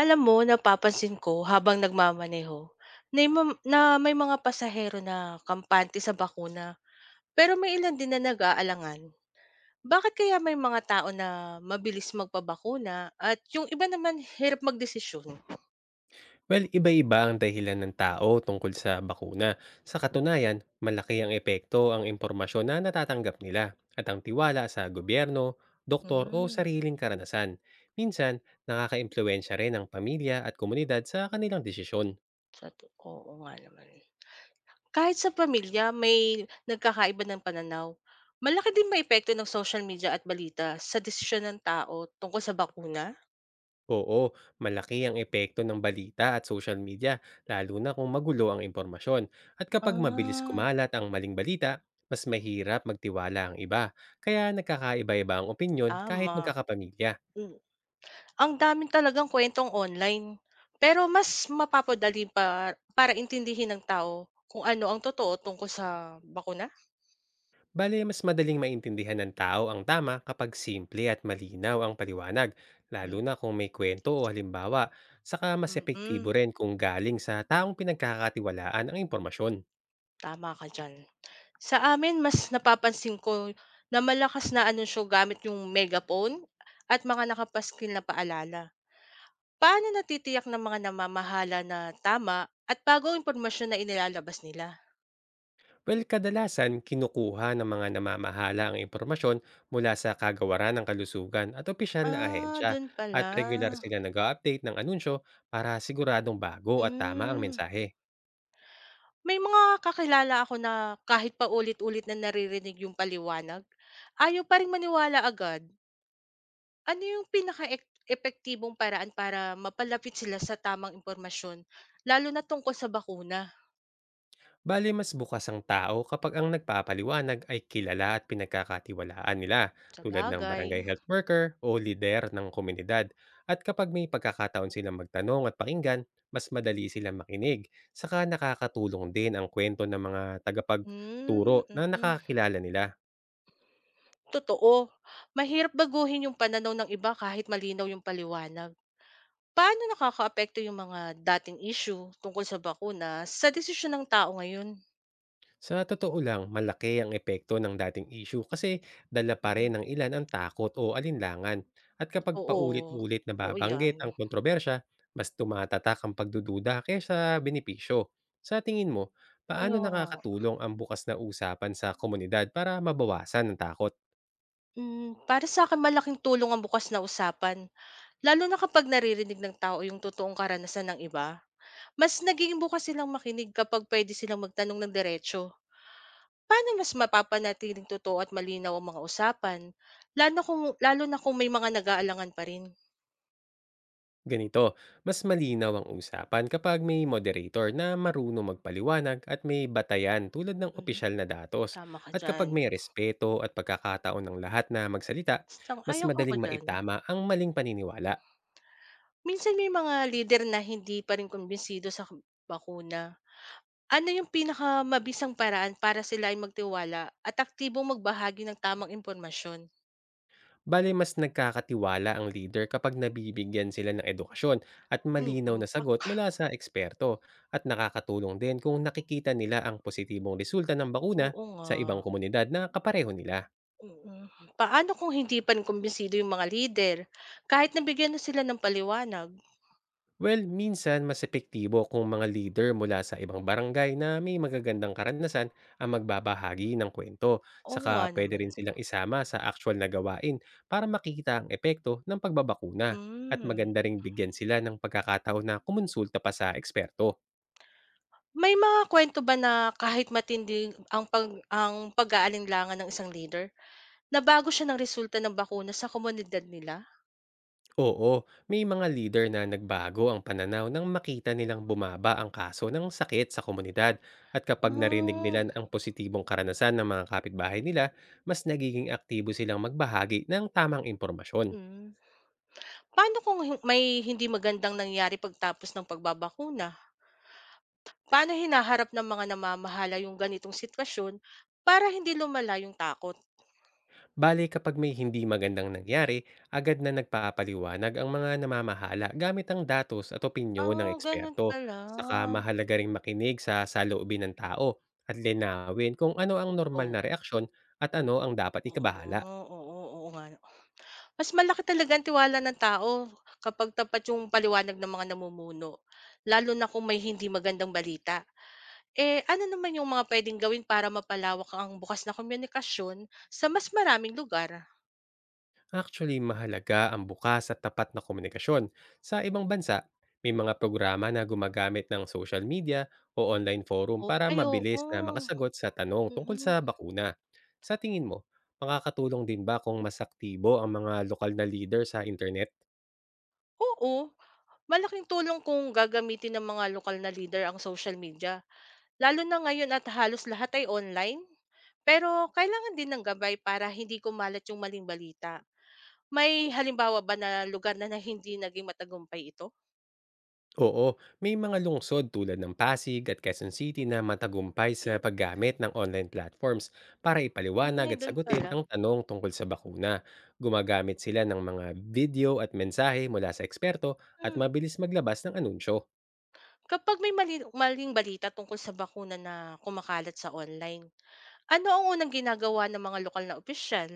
Alam mo, napapansin ko habang nagmamaneho na yung mam na may mga pasahero na kampante sa bakuna, pero may ilan din na nag-aalangan. Bakit kaya may mga tao na mabilis magpabakuna at yung iba naman hirap magdesisyon? Well, iba-iba ang dahilan ng tao tungkol sa bakuna. Sa katunayan, malaki ang epekto ang impormasyon na natatanggap nila at ang tiwala sa gobyerno, doktor o Hmm, sariling karanasan. Minsan, nakakaimpluwensya rin ang pamilya at komunidad sa kanilang desisyon. sa tu oo nga naman. Kahit sa pamilya may nagkakaiba ng pananaw, malaki din may epekto ng social media at balita sa desisyon ng tao tungkol sa bakuna? Oo, malaki ang epekto ng balita at social media, lalo na kung magulo ang impormasyon. At kapag mabilis Ah, kumalat ang maling balita, mas mahirap magtiwala ang iba. Kaya nagkakaiba-iba ang opinyon kahit tama, magkakapamilya. mm. Ang daming talagang kwentong online, pero mas mapapadali pa para intindihin ng tao kung ano ang totoo tungkol sa bakuna? Bale, mas madaling maintindihan ng tao ang tama kapag simple at malinaw ang paliwanag, Hmm, lalo na kung may kwento o halimbawa, saka mas mm, epektibo mm-mm, rin kung galing sa taong pinagkakatiwalaan ang impormasyon. tama ka diyan. Sa amin mas napapansin ko na malakas na anunsyo gamit yung megaphone at mga nakapaskil na paalala. Paano natitiyak ng mga namamahala na tama at bago ang impormasyon na inilalabas nila? Well, kadalasan kinukuha ng mga namamahala ang impormasyon mula sa kagawaran ng kalusugan at opisyal na Ah, ahensya, dun at pala. regular sila nag-update ng anunsyo para siguradong bago at tama ang Hmm. mensahe. May mga kakilala ako na kahit pa ulit ulit na naririnig yung paliwanag, ayaw pa ring maniwala agad. Ano yung pinaka-epektibong paraan para mapalapit sila sa tamang impormasyon, lalo na tungkol sa bakuna? Bali mas bukas ang tao kapag ang nagpapaliwanag ay kilala at pinagkakatiwalaan nila, Sa tulad ng Sabagay. barangay health worker o lider ng komunidad. At kapag may pagkakataon silang magtanong at pakinggan, mas madali silang makinig. Saka nakakatulong din ang kwento ng mga Hmm, tagapagturo mm, na mm. nakakilala nila. Totoo. Mahirap baguhin yung pananaw ng iba kahit malinaw yung paliwanag. Paano nakakaapekto yung mga dating issue tungkol sa bakuna sa desisyon ng tao ngayon? Sa totoo lang, malaki ang epekto ng dating issue, kasi dala pa rin ng ilan ang takot o alinlangan. At kapag Oo. paulit-ulit na Oo yan. babanggit ang kontrobersya, mas tumatatak ang pagdududa kaysa benepisyo. Sa tingin mo, paano Kaya nga. nakakatulong ang bukas na usapan sa komunidad para mabawasan ang takot? Hmm, para sa akin malaking tulong ang bukas na usapan, lalo na kapag naririnig ng tao yung totoong karanasan ng iba. Mas naging bukas silang makinig kapag puwede silang magtanong ng diretso. Paano mas mapapanatiling totoo at malinaw ang mga usapan, lalo na kung may mga nag-aalangan pa rin? Ganito, mas malinaw ang usapan kapag may moderator na marunong magpaliwanag at may batayan tulad ng Mhm, opisyal na datos. tama ka At kapag diyan. may respeto at pagkakataon ng lahat na magsalita, mas Sang-ayon ako madaling diyan. maitama ang maling paniniwala. Minsan may mga lider na hindi pa rin kumbinsido sa bakuna. Ano yung pinakamabisang paraan para sila ay magtiwala at aktibong magbahagi ng tamang impormasyon? Bale, mas nagkakatiwala ang leader kapag nabibigyan sila ng edukasyon at Hmm, malinaw na sagot tumpak. mula sa eksperto, at nakakatulong din kung nakikita nila ang positibong resulta ng bakuna Oo nga, sa ibang komunidad na kapareho nila. mm. Paano kung hindi pa kumbinsido yung mga lider, kahit nabigyan na sila ng paliwanag? Well, minsan mas epektibo kung mga leader mula sa ibang barangay na may magagandang karanasan ang magbabahagi ng kwento. Oo Saka nga pwede naman, rin silang isama sa actual na gawain para makita ang epekto ng pagbabakuna, at hmm. maganda ring bigyan sila ng pagkakataon na kumonsulta pa sa eksperto. May mga kwento ba na kahit matindi ang pag-aalinlangan ng isang lider, nabago siya ng resulta ng bakuna sa komunidad nila? Oo, may mga leader na nagbago ang pananaw nang makita nilang bumaba ang kaso ng sakit sa komunidad, at kapag narinig nila Ah, ang positibong karanasan ng mga kapitbahay nila, mas nagiging aktibo silang magbahagi ng tamang impormasyon. hmm. Paano kung may hindi magandang nangyari pagtapos ng pagbabakuna? Paano hinaharap ng mga namamahala yung ganitong sitwasyon para hindi lumala yung takot? Bali kapag may hindi magandang nangyari, agad na nagpapaliwanag ang mga namamahala gamit ang datos at opinyon ng Ah, ganun eksperto. pala. Saka mahalaga ring makinig sa saloobin ng tao at linawin kung ano ang normal Oo, na reaksyon at ano ang dapat oo, ikabahala. oo, oo oo nga 'no. Mas malaki talaga ang tiwala ng tao kapag tapat yung paliwanag ng mga namumuno, lalo na kung may hindi magandang balita. Eh, ano naman yung mga pwedeng gawin para mapalawak ang bukas na komunikasyon sa mas maraming lugar? Actually, mahalaga ang bukas at tapat na komunikasyon. Sa ibang bansa, may mga programa na gumagamit ng social media o online forum O para ay mabilis na oo, makasagot sa tanong tungkol sa mm. bakuna. Sa tingin mo, makakatulong din ba kung mas aktibo ang mga lokal na leader sa internet? Oo, malaking tulong kung gagamitin ng mga lokal na leader ang social media, lalo na ngayon at halos lahat ay online. Pero kailangan din ng gabay para hindi kumalat yung maling balita. May halimbawa ba na lugar na, na hindi naging matagumpay ito? Oo, may mga lungsod tulad ng Pasig at Quezon City na matagumpay sa paggamit ng online platforms para ipaliwanag Ay, at doon sagutin pala. ang tanong tungkol sa bakuna. Gumagamit sila ng mga video at mensahe mula sa eksperto at Hmm. mabilis maglabas ng anunsyo. Kapag may maling balita tungkol sa bakuna na kumakalat sa online, ano ang unang ginagawa ng mga lokal na opisyal?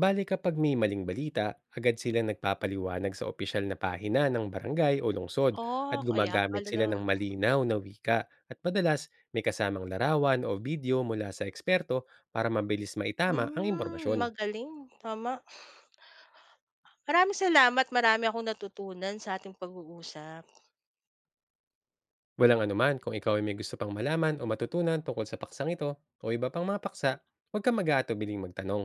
Bali kapag may maling balita, agad sila nagpapaliwanag sa opisyal na pahina ng barangay o lungsod, at Oh, kaya gumagamit sila pala. ng malinaw na wika at madalas may kasamang larawan o video mula sa eksperto para mabilis maitama ang Hmm, impormasyon. magaling. Tama. Maraming salamat, marami akong natutunan sa ating pag-uusap. Walang anuman, kung ikaw ay may gusto pang malaman o matutunan tungkol sa paksang ito o iba pang mga paksa, huwag kang mag-aatubiling magtanong.